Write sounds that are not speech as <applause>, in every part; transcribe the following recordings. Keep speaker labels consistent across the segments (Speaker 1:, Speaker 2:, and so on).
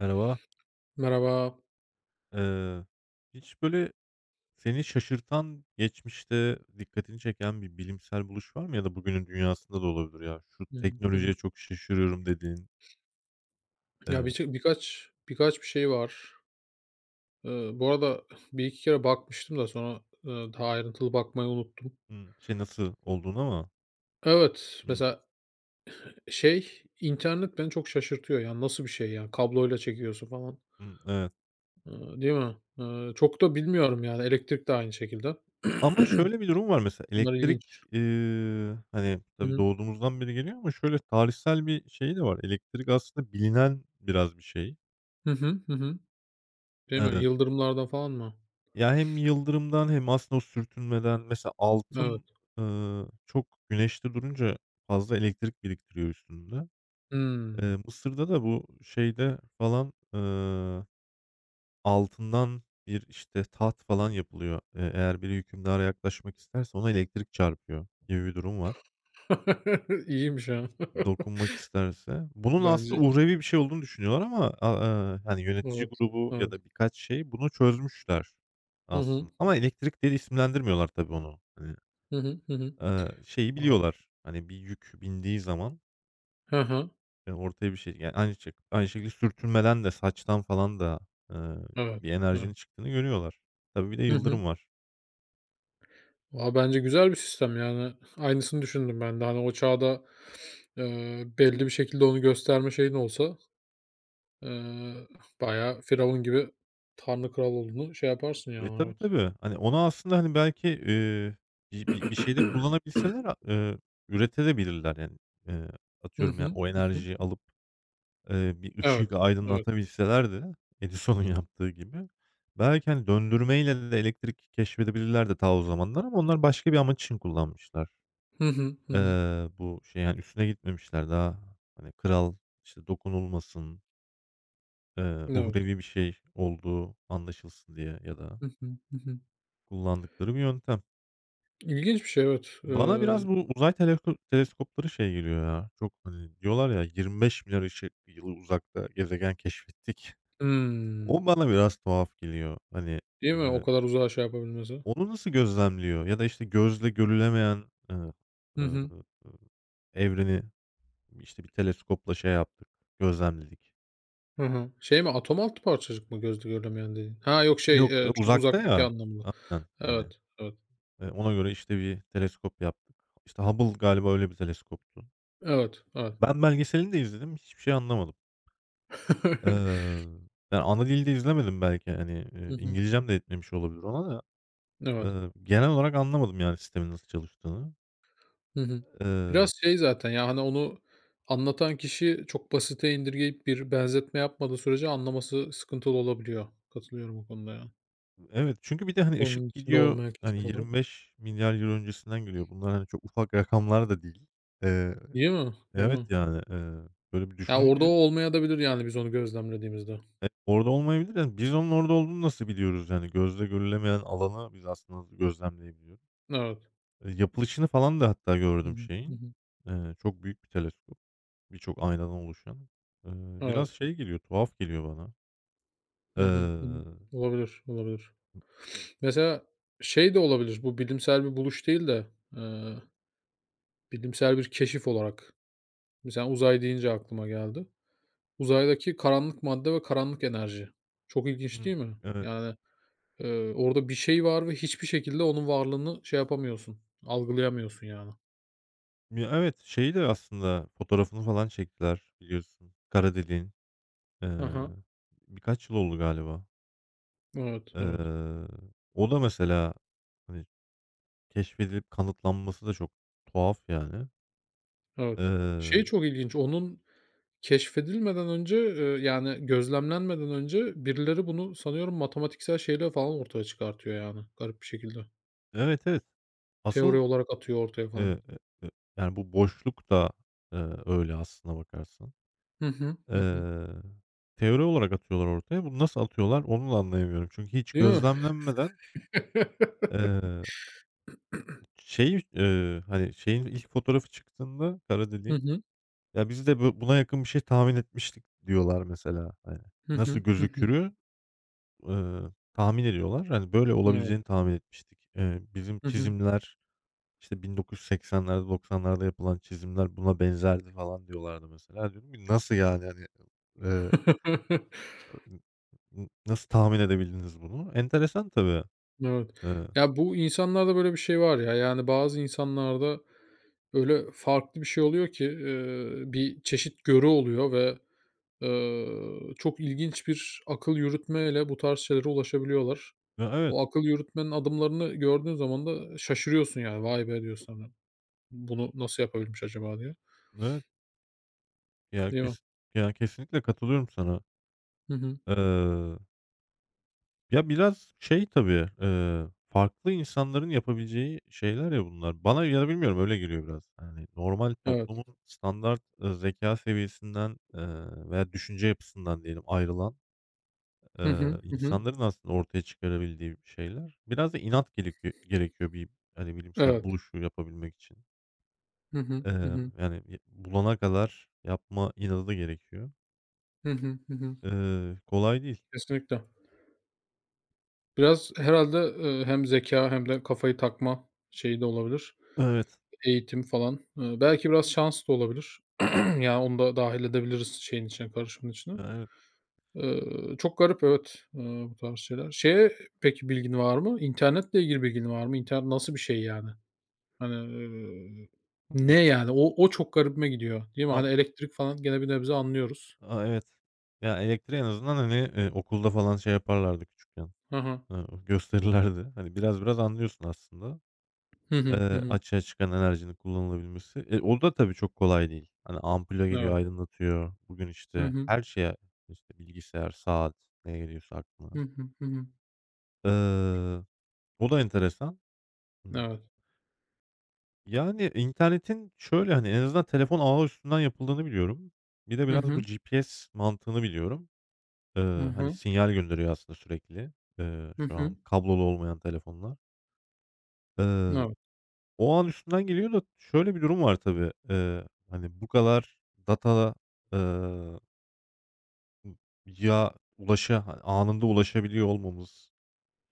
Speaker 1: Merhaba.
Speaker 2: Merhaba.
Speaker 1: Eee, Hiç böyle seni şaşırtan, geçmişte dikkatini çeken bir bilimsel buluş var mı? Ya da bugünün dünyasında da olabilir ya. Şu
Speaker 2: Hı hı.
Speaker 1: teknolojiye çok şaşırıyorum dediğin,
Speaker 2: Ya,
Speaker 1: eee,
Speaker 2: birço birkaç birkaç bir şey var. Bu arada bir iki kere bakmıştım da sonra, daha ayrıntılı bakmayı unuttum.
Speaker 1: şey nasıl olduğuna ama
Speaker 2: Evet,
Speaker 1: hı,
Speaker 2: mesela şey, internet beni çok şaşırtıyor ya. Nasıl bir şey ya? Kabloyla çekiyorsun falan,
Speaker 1: hı, evet.
Speaker 2: değil mi? Çok da bilmiyorum yani. Elektrik de aynı şekilde.
Speaker 1: Ama
Speaker 2: <clears throat>
Speaker 1: şöyle bir durum var mesela
Speaker 2: Bunlar ilginç.
Speaker 1: elektrik, hani,
Speaker 2: Hı
Speaker 1: tabii
Speaker 2: hı.
Speaker 1: doğduğumuzdan beri geliyor ama şöyle tarihsel bir şey de var. Elektrik aslında bilinen biraz bir şey.
Speaker 2: Hı hı, hı hı. Değil mi? Yıldırımlardan falan mı?
Speaker 1: Ya, hem yıldırımdan hem aslında o sürtünmeden mesela
Speaker 2: Evet.
Speaker 1: altın, çok güneşte durunca fazla elektrik biriktiriyor üstünde.
Speaker 2: Hımm.
Speaker 1: Mısır'da da bu şeyde falan, altından bir, işte, taht falan yapılıyor. Eğer biri hükümdâra yaklaşmak isterse ona elektrik çarpıyor gibi bir durum var.
Speaker 2: <laughs> İyiymiş ha.
Speaker 1: Dokunmak
Speaker 2: <laughs>
Speaker 1: isterse. Bunun aslında
Speaker 2: Bence.
Speaker 1: uhrevi bir şey olduğunu düşünüyorlar ama hani, yönetici
Speaker 2: Evet,
Speaker 1: grubu ya
Speaker 2: evet.
Speaker 1: da birkaç şey bunu çözmüşler
Speaker 2: Hı hı.
Speaker 1: aslında ama elektrik diye de isimlendirmiyorlar tabii onu. Hani.
Speaker 2: Hı hı. Hı hı.
Speaker 1: Şeyi
Speaker 2: A.
Speaker 1: biliyorlar, hani, bir yük bindiği zaman,
Speaker 2: Hı hı.
Speaker 1: ortaya bir şey, yani, aynı şekilde sürtünmeden de saçtan falan da, eee,
Speaker 2: Evet,
Speaker 1: bir enerjinin
Speaker 2: evet.
Speaker 1: çıktığını görüyorlar. Tabii bir de
Speaker 2: Hı hı.
Speaker 1: yıldırım var.
Speaker 2: A, bence güzel bir sistem yani. Aynısını düşündüm ben de. Hani, o çağda, belli bir şekilde onu gösterme şeyin olsa, eee, bayağı firavun gibi tanrı kral olduğunu şey yaparsın
Speaker 1: E,
Speaker 2: yani,
Speaker 1: tabii,
Speaker 2: evet.
Speaker 1: tabii. Hani, onu aslında, hani, belki, bi bi bir şeyde kullanabilseler, a üretebilirler, yani. Eee,
Speaker 2: Hı
Speaker 1: Atıyorum, yani,
Speaker 2: hı.
Speaker 1: o
Speaker 2: Hı hı.
Speaker 1: enerjiyi alıp, bir ışığı
Speaker 2: Evet, evet.
Speaker 1: aydınlatabilselerdi Edison'un yaptığı gibi, belki, hani, döndürmeyle de elektrik keşfedebilirler de ta o zamanlar ama onlar başka bir amaç için kullanmışlar.
Speaker 2: Hı hı. Hı hı.
Speaker 1: Bu şey, yani, üstüne gitmemişler daha, hani, kral, işte, dokunulmasın,
Speaker 2: Evet.
Speaker 1: uhrevi bir şey olduğu anlaşılsın diye ya da
Speaker 2: Hı hı. Hı hı.
Speaker 1: kullandıkları bir yöntem.
Speaker 2: İlginç bir şey, evet.
Speaker 1: Bana biraz bu uzay teleskopları şey geliyor ya, çok, hani, diyorlar ya 25 milyar ışık yılı uzakta gezegen keşfettik.
Speaker 2: Hımm.
Speaker 1: O bana biraz tuhaf geliyor. Hani,
Speaker 2: Değil mi? O
Speaker 1: eee,
Speaker 2: kadar uzağa şey yapabilmesi.
Speaker 1: onu nasıl gözlemliyor ya da, işte, gözle görülemeyen, eee,
Speaker 2: Hı
Speaker 1: eee,
Speaker 2: hı.
Speaker 1: evreni, işte, bir teleskopla şey yaptık, gözlemledik.
Speaker 2: Hı hı. Şey mi, atom altı parçacık mı gözle görülemeyen dediğin? Ha, yok şey,
Speaker 1: Yok,
Speaker 2: çok
Speaker 1: uzakta
Speaker 2: uzaktaki
Speaker 1: ya.
Speaker 2: anlamında.
Speaker 1: Aynen, hani,
Speaker 2: Evet, evet,
Speaker 1: ona göre, işte, bir teleskop yaptık. İşte, Hubble galiba öyle bir teleskoptu.
Speaker 2: evet, evet.
Speaker 1: Ben belgeselini de izledim, hiçbir şey anlamadım.
Speaker 2: <laughs>
Speaker 1: Eee, Yani, ana dilde izlemedim belki, hani,
Speaker 2: Hı hı.
Speaker 1: İngilizcem de etmemiş olabilir ona da.
Speaker 2: Evet.
Speaker 1: Genel olarak anlamadım, yani, sistemin nasıl çalıştığını.
Speaker 2: Hı hı.
Speaker 1: Eee,
Speaker 2: Biraz şey zaten ya, hani, onu anlatan kişi çok basite indirgeyip bir benzetme yapmadığı sürece anlaması sıkıntılı olabiliyor. Katılıyorum o konuda ya.
Speaker 1: evet, çünkü bir de, hani,
Speaker 2: Konunun
Speaker 1: ışık
Speaker 2: içinde
Speaker 1: gidiyor,
Speaker 2: olmayan
Speaker 1: hani,
Speaker 2: kişiler olarak.
Speaker 1: 25 milyar yıl öncesinden geliyor. Bunlar, hani, çok ufak rakamlar da değil. Eee,
Speaker 2: Değil mi? Değil
Speaker 1: evet,
Speaker 2: mi?
Speaker 1: yani, böyle bir
Speaker 2: Ya, orada o
Speaker 1: düşününce.
Speaker 2: olmaya da bilir yani biz onu gözlemlediğimizde.
Speaker 1: E, orada olmayabilir. Yani biz onun orada olduğunu nasıl biliyoruz? Yani gözle görülemeyen alanı biz aslında gözlemleyebiliyoruz.
Speaker 2: Evet.
Speaker 1: E, yapılışını falan da hatta
Speaker 2: Hı
Speaker 1: gördüm
Speaker 2: hı. Hı
Speaker 1: şeyin.
Speaker 2: hı.
Speaker 1: Çok büyük bir teleskop. Birçok aynadan oluşan. Eee, Biraz
Speaker 2: Evet.
Speaker 1: şey geliyor, tuhaf geliyor bana.
Speaker 2: Hı hı. Hı hı.
Speaker 1: Eee,
Speaker 2: Olabilir, olabilir. Mesela şey de olabilir, bu bilimsel bir buluş değil de, eee, bilimsel bir keşif olarak. Mesela uzay deyince aklıma geldi. Uzaydaki karanlık madde ve karanlık enerji. Çok ilginç değil
Speaker 1: Hımm,
Speaker 2: mi?
Speaker 1: evet.
Speaker 2: Yani, orada bir şey var ve hiçbir şekilde onun varlığını şey yapamıyorsun, algılayamıyorsun yani.
Speaker 1: Ya, evet, şeyi de aslında fotoğrafını falan çektiler biliyorsun. Kara deliğin. Eee,
Speaker 2: Hı hı.
Speaker 1: Birkaç yıl oldu galiba.
Speaker 2: Evet, evet,
Speaker 1: Eee, O da mesela, hani, keşfedilip kanıtlanması da çok tuhaf yani.
Speaker 2: evet.
Speaker 1: Eee,
Speaker 2: Şey çok ilginç, onun keşfedilmeden önce, yani gözlemlenmeden önce birileri bunu sanıyorum matematiksel şeyler falan ortaya çıkartıyor yani garip bir şekilde.
Speaker 1: evet, evet.
Speaker 2: Teori
Speaker 1: Asıl,
Speaker 2: olarak atıyor ortaya falan.
Speaker 1: eee, eee, eee, yani, bu boşluk da, eee, öyle aslına bakarsan.
Speaker 2: Hı hı. Hı hı.
Speaker 1: Eee, Teori olarak atıyorlar ortaya. Bunu nasıl atıyorlar onu da anlayamıyorum. Çünkü hiç
Speaker 2: Değil mi?
Speaker 1: gözlemlenmeden,
Speaker 2: <laughs>
Speaker 1: eee, hani, şeyin ilk fotoğrafı çıktığında kara
Speaker 2: Hı
Speaker 1: deliğin,
Speaker 2: hı.
Speaker 1: "Ya, biz de buna yakın bir şey tahmin etmiştik." diyorlar mesela. Hani,
Speaker 2: Hı
Speaker 1: nasıl
Speaker 2: hı. Hı hı.
Speaker 1: gözükürü, eee, tahmin ediyorlar. Hani, "Böyle
Speaker 2: Evet.
Speaker 1: olabileceğini tahmin etmiştik. Bizim
Speaker 2: Hı hı.
Speaker 1: çizimler, İşte 1980'lerde, 90'larda yapılan çizimler buna benzerdi," falan diyorlardı mesela. Diyorum ki nasıl yani hani, eee,
Speaker 2: <laughs>
Speaker 1: n nasıl tahmin edebildiniz bunu? Enteresan tabii.
Speaker 2: Evet.
Speaker 1: Eee,
Speaker 2: Ya, bu insanlarda böyle bir şey var ya, yani, bazı insanlarda öyle farklı bir şey oluyor ki, bir çeşit görü oluyor ve, çok ilginç bir akıl yürütmeyle bu tarz şeylere ulaşabiliyorlar.
Speaker 1: evet,
Speaker 2: O akıl yürütmenin adımlarını gördüğün zaman da şaşırıyorsun yani. "Vay be!" diyorsun, hani, "Bunu nasıl yapabilmiş acaba?" diye.
Speaker 1: evet. Ya
Speaker 2: Değil mi?
Speaker 1: kes ya kesinlikle katılıyorum sana.
Speaker 2: Hı hı.
Speaker 1: Eee, Ya biraz şey tabii, farklı insanların yapabileceği şeyler ya bunlar. Bana ya da bilmiyorum öyle geliyor biraz. Hani normal
Speaker 2: Evet.
Speaker 1: toplumun standart, zekâ seviyesinden, veya düşünce yapısından diyelim ayrılan,
Speaker 2: Hı hı. Hı hı.
Speaker 1: İnsanların aslında ortaya çıkarabildiği şeyler. Biraz da inat gerekiyor gerekiyor bir, hani, bilimsel
Speaker 2: Evet.
Speaker 1: buluşu yapabilmek için.
Speaker 2: Hı hı. Hı hı.
Speaker 1: Yani, bulana kadar yapma inadı da gerekiyor.
Speaker 2: Hı hı. Hı hı.
Speaker 1: Kolay değil.
Speaker 2: Kesinlikle. Biraz herhâlde, hem zekâ hem de kafayı takma şeyi de olabilir.
Speaker 1: Evet.
Speaker 2: Eğitim falan. Belki biraz şans da olabilir. <clears throat> Yani, onu da dâhil edebiliriz şeyin içine, karışımın içine.
Speaker 1: Ya, evet.
Speaker 2: Çok garip, evet, bu tarz şeyler. Şeye peki bilgin var mı? İnternetle ilgili bilgin var mı? İnternet nasıl bir şey yani? Hani, eee,
Speaker 1: Bi
Speaker 2: ne yani? O çok garibime gidiyor, değil mi? Hani,
Speaker 1: am
Speaker 2: elektrik falan gene bir nebze anlıyoruz.
Speaker 1: a evet. Ya, elektriği en azından, hani, okulda falan şey yaparlardı küçükken,
Speaker 2: Hı hı.
Speaker 1: eee, gösterirlerdi. Hani, biraz biraz anlıyorsun aslında.
Speaker 2: Hı hı. Hı hı.
Speaker 1: Açığa çıkan enerjinin kullanılabilmesi. E, o da tabii çok kolay değil. Hani ampule geliyor,
Speaker 2: Evet.
Speaker 1: aydınlatıyor. Bugün,
Speaker 2: Hı
Speaker 1: işte,
Speaker 2: hı.
Speaker 1: her şeye, işte, bilgisayar, saat, ne geliyorsa
Speaker 2: Hı
Speaker 1: aklına.
Speaker 2: hı. Hı hı.
Speaker 1: Eee, O da enteresan. Imm,
Speaker 2: Evet.
Speaker 1: Yani, internetin şöyle, hani, en azından telefon ağı üstünden yapıldığını biliyorum. Bir de
Speaker 2: Hı
Speaker 1: biraz bu
Speaker 2: hı.
Speaker 1: GPS mantığını biliyorum.
Speaker 2: Hı
Speaker 1: Hani,
Speaker 2: hı.
Speaker 1: sinyal gönderiyor aslında sürekli,
Speaker 2: Hı
Speaker 1: şu
Speaker 2: hı.
Speaker 1: an kablolu olmayan telefonlar. Eee
Speaker 2: Evet.
Speaker 1: O an üstünden geliyor da şöyle bir durum var tabii. Hani, bu kadar data, eee, ya ulaşa hani, anında ulaşabiliyor olmamız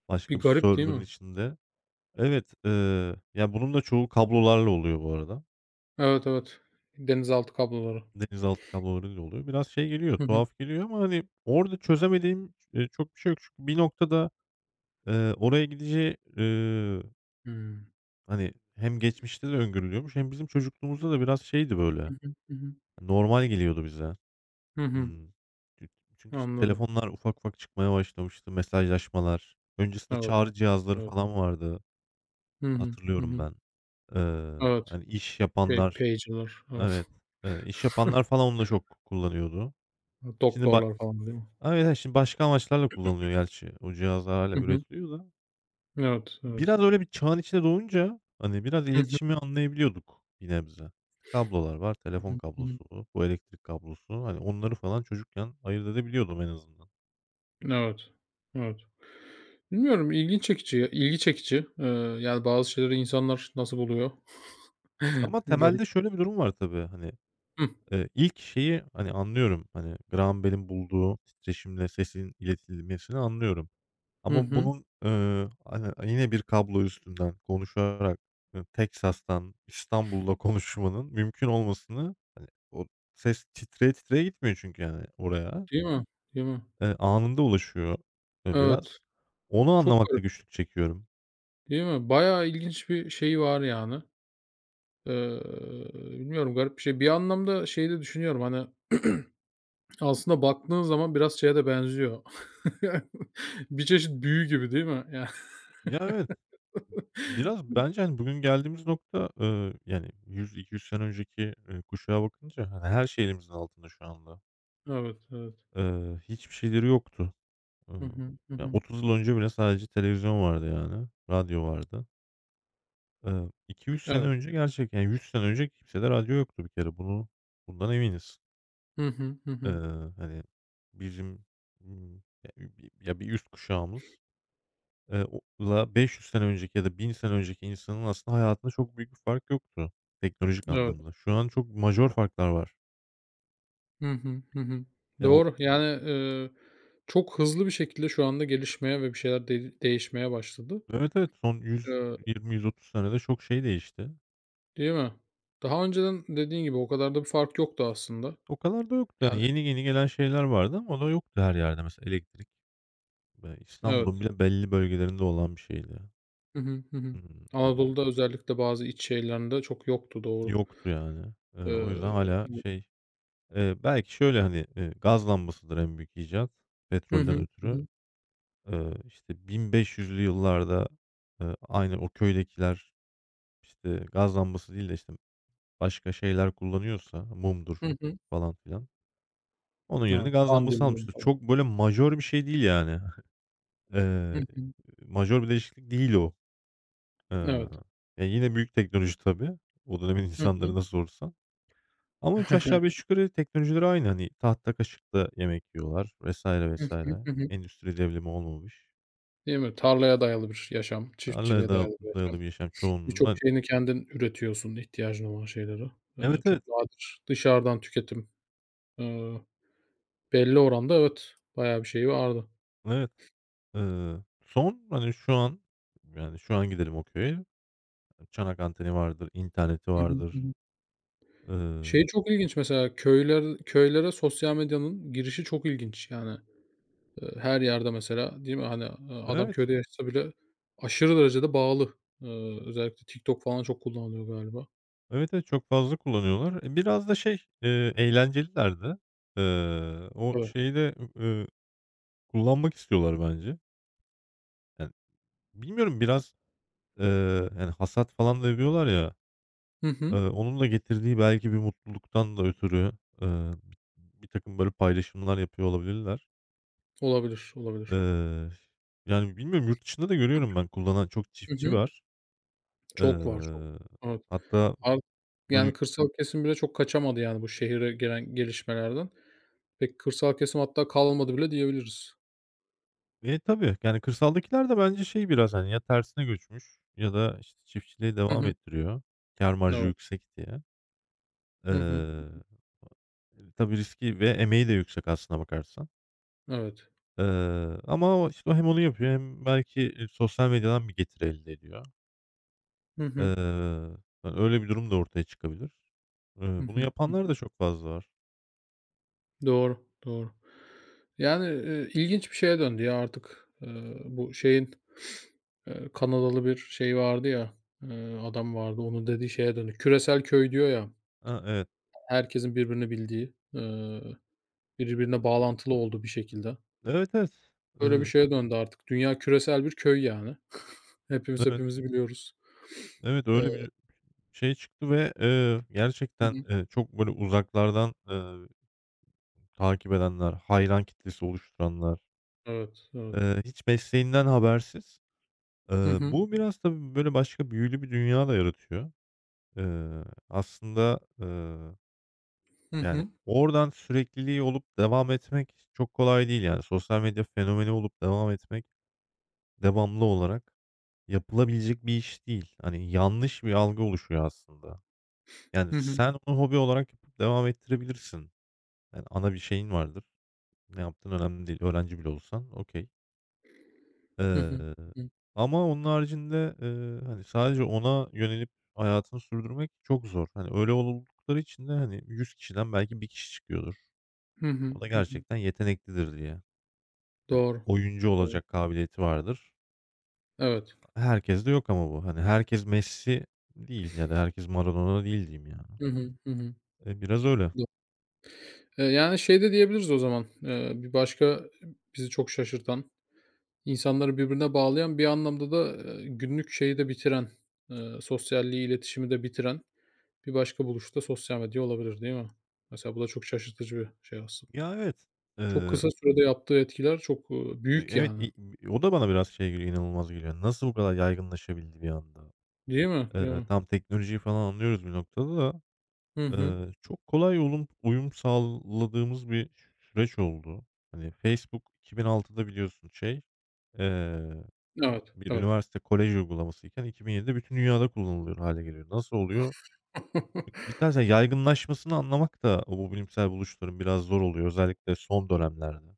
Speaker 1: başka
Speaker 2: Bir
Speaker 1: bir
Speaker 2: garip değil
Speaker 1: server'ın
Speaker 2: mi?
Speaker 1: içinde. Evet, ya, bunun da çoğu kablolarla oluyor bu arada.
Speaker 2: Evet, evet. Denizaltı kabloları.
Speaker 1: Denizaltı kablolarıyla oluyor. Biraz şey geliyor,
Speaker 2: Hı hı.
Speaker 1: tuhaf geliyor ama, hani, orada çözemediğim, çok bir şey yok. Çünkü bir noktada, oraya gideceği,
Speaker 2: Hımm.
Speaker 1: hani, hem geçmişte de öngörülüyormuş hem bizim çocukluğumuzda da biraz şeydi böyle,
Speaker 2: Hı hı. Hı hı.
Speaker 1: normal geliyordu bize.
Speaker 2: Hı hı.
Speaker 1: Hımm. Çü çünkü, işte,
Speaker 2: Anladım.
Speaker 1: telefonlar ufak ufak çıkmaya başlamıştı, mesajlaşmalar. Öncesinde
Speaker 2: Evet,
Speaker 1: çağrı cihazları
Speaker 2: evet.
Speaker 1: falan vardı,
Speaker 2: Hı hı. Hı
Speaker 1: hatırlıyorum
Speaker 2: hı.
Speaker 1: ben. Eee,
Speaker 2: Evet.
Speaker 1: Hani, iş
Speaker 2: Şey,
Speaker 1: yapanlar.
Speaker 2: pager'lar,
Speaker 1: Evet.
Speaker 2: evet.
Speaker 1: İş yapanlar falan onu da çok kullanıyordu.
Speaker 2: <laughs>
Speaker 1: Şimdi ba
Speaker 2: Doktorlar falan değil mi?
Speaker 1: Evet, evet, şimdi başka amaçlarla kullanılıyor gerçi. O cihazlar hâlâ
Speaker 2: Hı hı.
Speaker 1: üretiliyor da.
Speaker 2: Evet, evet.
Speaker 1: Biraz öyle bir çağın içine doğunca, hani, biraz
Speaker 2: Hı hı.
Speaker 1: iletişimi anlayabiliyorduk bir nebze. İşte kablolar var,
Speaker 2: Hı
Speaker 1: telefon
Speaker 2: hı. Hı.
Speaker 1: kablosu, bu elektrik kablosu. Hani, onları falan çocukken ayırt edebiliyordum en azından.
Speaker 2: Evet, evet. Bilmiyorum, ilgi çekici ya, ilgi çekici. Yani bazı şeyleri insanlar nasıl buluyor?
Speaker 1: Ama
Speaker 2: <laughs> Garip.
Speaker 1: temelde şöyle bir durum var tabii, hani,
Speaker 2: Hıh.
Speaker 1: ilk şeyi, hani, anlıyorum, hani, Graham Bell'in bulduğu titreşimle sesin iletilmesini anlıyorum.
Speaker 2: Hı
Speaker 1: Ama
Speaker 2: hı.
Speaker 1: bunun, hani, yine bir kablo üstünden konuşarak, Texas'tan İstanbul'da <laughs> konuşmanın mümkün olmasını, hani, o ses titreye titreye gitmiyor çünkü, yani, oraya.
Speaker 2: Değil mi? Değil mi?
Speaker 1: Anında ulaşıyor,
Speaker 2: Evet,
Speaker 1: biraz. Onu
Speaker 2: çok
Speaker 1: anlamakta
Speaker 2: garip,
Speaker 1: güçlük çekiyorum.
Speaker 2: değil mi? Bayağı ilginç bir şey var yani. Eee, bilmiyorum garip bir şey. Bir anlamda şeyi de düşünüyorum, hani, aslında baktığın zaman biraz şeye de benziyor. <laughs> Bir çeşit büyü gibi değil mi? Yani.
Speaker 1: Ya, evet. Biraz bence, hani, bugün geldiğimiz nokta, yani, 100-200 sene önceki, kuşağa bakınca, hani, her şey elimizin altında şu anda.
Speaker 2: <laughs> Evet, evet.
Speaker 1: Hiçbir şeyleri yoktu.
Speaker 2: Hı
Speaker 1: Iıı,
Speaker 2: hı, hı
Speaker 1: Ya,
Speaker 2: hı.
Speaker 1: 30 yıl önce bile sadece televizyon vardı, yani, radyo vardı. 200 sene
Speaker 2: Evet.
Speaker 1: önce gerçekten yani, 100 sene önce kimsede radyo yoktu bir kere. Bundan eminiz.
Speaker 2: Hı hı, hı hı.
Speaker 1: Eee, Hani, bizim, ımm, ya, bir üst kuşağımız. O la 500 sene önceki ya da 1000 sene önceki insanın aslında hayatında çok büyük bir fark yoktu teknolojik
Speaker 2: Evet.
Speaker 1: anlamda. Şu an çok majör farklar var.
Speaker 2: Hı hı, hı hı.
Speaker 1: Ya, o
Speaker 2: Doğru. Yani, çok hızlı bir şekilde şu anda gelişmeye ve bir şeyler de değişmeye başladı.
Speaker 1: Evet, evet, son
Speaker 2: Eee,
Speaker 1: 120-130 senede çok şey değişti.
Speaker 2: değil mi? Daha önceden dediğin gibi o kadar da bir fark yoktu aslında.
Speaker 1: O kadar da yoktu. Yani
Speaker 2: Yani.
Speaker 1: yeni yeni gelen şeyler vardı ama o da yoktu her yerde. Mesela elektrik, İstanbul'un
Speaker 2: Evet.
Speaker 1: bile belli bölgelerinde olan bir şeydi.
Speaker 2: Hı hı. Hı hı.
Speaker 1: Hani,
Speaker 2: Anadolu'da özellikle bazı iç şehirlerinde çok yoktu, doğru.
Speaker 1: yoktu yani. O yüzden
Speaker 2: Eee
Speaker 1: hala şey, belki şöyle, hani, gaz lambasıdır en büyük icat
Speaker 2: Hı
Speaker 1: petrolden
Speaker 2: hı. Hı
Speaker 1: ötürü.
Speaker 2: hı.
Speaker 1: İşte, 1500'lü yıllarda, aynı o köydekiler, işte, gaz lambası değil de, işte, başka şeyler kullanıyorsa mumdur
Speaker 2: Hı hı.
Speaker 1: falan filan, onun yerine
Speaker 2: Evet,
Speaker 1: gaz lambası
Speaker 2: Kandilli
Speaker 1: almıştır.
Speaker 2: falan.
Speaker 1: Çok böyle majör bir şey değil yani. <laughs>
Speaker 2: Hı
Speaker 1: Eee,
Speaker 2: hı.
Speaker 1: Majör bir değişiklik değil o. Eee,
Speaker 2: Evet.
Speaker 1: Ya, yine büyük teknoloji tabii. O dönemin <laughs>
Speaker 2: Hı
Speaker 1: insanları
Speaker 2: hı.
Speaker 1: nasıl olursa. Ama 3 aşağı
Speaker 2: <laughs>
Speaker 1: 5 yukarı teknolojileri aynı. Hani, tahta kaşıkla yemek yiyorlar vesaire
Speaker 2: Hı
Speaker 1: vesaire.
Speaker 2: hı. Hı hı.
Speaker 1: Endüstri devrimi olmamış.
Speaker 2: Değil mi? Tarlaya dayalı bir yaşam,
Speaker 1: Tarlaya
Speaker 2: çiftçiliğe
Speaker 1: da
Speaker 2: dayalı bir
Speaker 1: dayalı
Speaker 2: yaşam.
Speaker 1: bir yaşam
Speaker 2: Birçok
Speaker 1: çoğunluğunda.
Speaker 2: şeyini kendin üretiyorsun, ihtiyacın olan şeyleri.
Speaker 1: Evet,
Speaker 2: Çok
Speaker 1: evet.
Speaker 2: nadir dışarıdan tüketim. Eee, belli oranda evet, bayağı bir şeyi vardı.
Speaker 1: Evet. Son, hani, şu an, yani, şu an gidelim o köye, çanak anteni vardır, interneti
Speaker 2: Hı hı. Hı
Speaker 1: vardır.
Speaker 2: hı.
Speaker 1: Eee,
Speaker 2: Şey çok ilginç, mesela köylere sosyal medyanın girişi çok ilginç yani. Her yerde mesela, değil mi? Hani, adam
Speaker 1: evet.
Speaker 2: köyde yaşasa bile aşırı derecede bağlı. Özellikle TikTok falan çok kullanılıyor galiba.
Speaker 1: Evet, evet, çok fazla kullanıyorlar. E, biraz da şey, eğlenceliler de. O
Speaker 2: Evet.
Speaker 1: şeyi de, kullanmak istiyorlar bence. Yani, bilmiyorum biraz, eee, yani, hasat falan da yapıyorlar ya,
Speaker 2: Hı hı.
Speaker 1: onun da getirdiği belki bir mutluluktan da ötürü, eee, bir takım böyle paylaşımlar yapıyor olabilirler.
Speaker 2: Olabilir, olabilir.
Speaker 1: Eee, Yani, bilmiyorum, yurt dışında da görüyorum ben kullanan çok
Speaker 2: Hı
Speaker 1: çiftçi
Speaker 2: hı.
Speaker 1: var.
Speaker 2: Çok var, çok.
Speaker 1: Eee,
Speaker 2: Evet.
Speaker 1: hatta
Speaker 2: Ar yani
Speaker 1: böyle
Speaker 2: kırsal kesim bile çok kaçamadı yani bu şehire gelen gelişmelerden. Pek kırsal kesim hatta kalmadı bile diyebiliriz.
Speaker 1: E, tabii, yani, kırsaldakiler de bence şey biraz, hani, ya tersine göçmüş ya da, işte, çiftçiliği
Speaker 2: Hı
Speaker 1: devam
Speaker 2: hı.
Speaker 1: ettiriyor kâr marjı
Speaker 2: Evet.
Speaker 1: yüksek diye.
Speaker 2: Hı hı.
Speaker 1: Eee, tabii riski ve emeği de yüksek aslına bakarsan.
Speaker 2: Evet.
Speaker 1: Eee, Ama o, işte, hem onu yapıyor hem belki, sosyal medyadan bir getir elde ediyor.
Speaker 2: Hı hı.
Speaker 1: Eee, Yani, öyle bir durum da ortaya çıkabilir.
Speaker 2: Hı
Speaker 1: Bunu
Speaker 2: hı.
Speaker 1: yapanlar da çok fazla var.
Speaker 2: Doğru, doğru. Yani, ilginç bir şeye döndü ya artık. Bu şeyin, Kanadalı bir şey vardı ya, adam vardı. Onun dediği şeye döndü. Küresel köy diyor ya,
Speaker 1: Ha, evet.
Speaker 2: herkesin birbirini bildiği, birbirine bağlantılı olduğu bir şekilde.
Speaker 1: Evet, evet.
Speaker 2: Öyle bir
Speaker 1: Iıı,
Speaker 2: şeye döndü artık. Dünya küresel bir köy yani. Hepimiz
Speaker 1: evet,
Speaker 2: hepimizi biliyoruz.
Speaker 1: evet, öyle
Speaker 2: Eee
Speaker 1: bir şey çıktı ve,
Speaker 2: Hı
Speaker 1: gerçekten,
Speaker 2: hı.
Speaker 1: çok böyle uzaklardan, takip edenler, hayran kitlesi oluşturanlar,
Speaker 2: Evet, evet.
Speaker 1: hiç mesleğinden habersiz.
Speaker 2: Hı hı.
Speaker 1: Bu biraz tabii böyle başka büyülü bir dünya da yaratıyor. Eee, Aslında,
Speaker 2: Hı
Speaker 1: yani
Speaker 2: hı.
Speaker 1: oradan sürekliliği olup devam etmek çok kolay değil yani. Sosyal medya fenomeni olup devam etmek, devamlı olarak yapılabilecek bir iş değil. Hani yanlış bir algı oluşuyor aslında. Yani,
Speaker 2: Hı hı.
Speaker 1: sen onu hobi olarak yapıp devam ettirebilirsin. Yani, ana bir şeyin vardır. Ne yaptığın önemli değil. Öğrenci bile olsan okay.
Speaker 2: Hı hı.
Speaker 1: Eee,
Speaker 2: Hı.
Speaker 1: Ama onun haricinde, hani, sadece ona yönelip hayatını sürdürmek çok zor. Hani, öyle oldukları için de, hani, 100 kişiden belki bir kişi çıkıyordur.
Speaker 2: Hı hı.
Speaker 1: O da
Speaker 2: Hı hı. Hı.
Speaker 1: gerçekten yeteneklidir diye. Hani,
Speaker 2: Doğru.
Speaker 1: oyuncu
Speaker 2: Doğru.
Speaker 1: olacak kabiliyeti vardır.
Speaker 2: Evet.
Speaker 1: Herkes de yok ama bu. Hani, herkes Messi değil ya da herkes Maradona değil diyeyim yani.
Speaker 2: Hı hı. Hı hı.
Speaker 1: E, biraz öyle.
Speaker 2: Yani, şey de diyebiliriz o zaman, bir başka bizi çok şaşırtan, insanları birbirine bağlayan, bir anlamda da, günlük şeyi de bitiren, sosyalliği, iletişimi de bitiren bir başka buluş da sosyal medya olabilir, değil mi? Mesela bu da çok şaşırtıcı bir şey aslında.
Speaker 1: Ya, evet.
Speaker 2: Çok kısa sürede yaptığı etkiler çok, büyük
Speaker 1: Evet,
Speaker 2: yani.
Speaker 1: i o da bana biraz şey geliyor, inanılmaz geliyor. Nasıl bu kadar yaygınlaşabildi bir anda?
Speaker 2: Değil mi? Değil mi?
Speaker 1: Tamam, teknolojiyi falan anlıyoruz bir noktada da,
Speaker 2: Hı hı.
Speaker 1: çok kolay uyum sağladığımız bir süreç oldu. Hani, Facebook 2006'da biliyorsun şey, eee,
Speaker 2: Evet,
Speaker 1: bir
Speaker 2: evet.
Speaker 1: üniversite, kolej uygulamasıyken 2007'de bütün dünyada kullanılıyor hale geliyor. Nasıl oluyor?
Speaker 2: <laughs>
Speaker 1: Bir taraftan yaygınlaşmasını anlamak da bu bilimsel buluşların biraz zor oluyor özellikle son dönemlerde.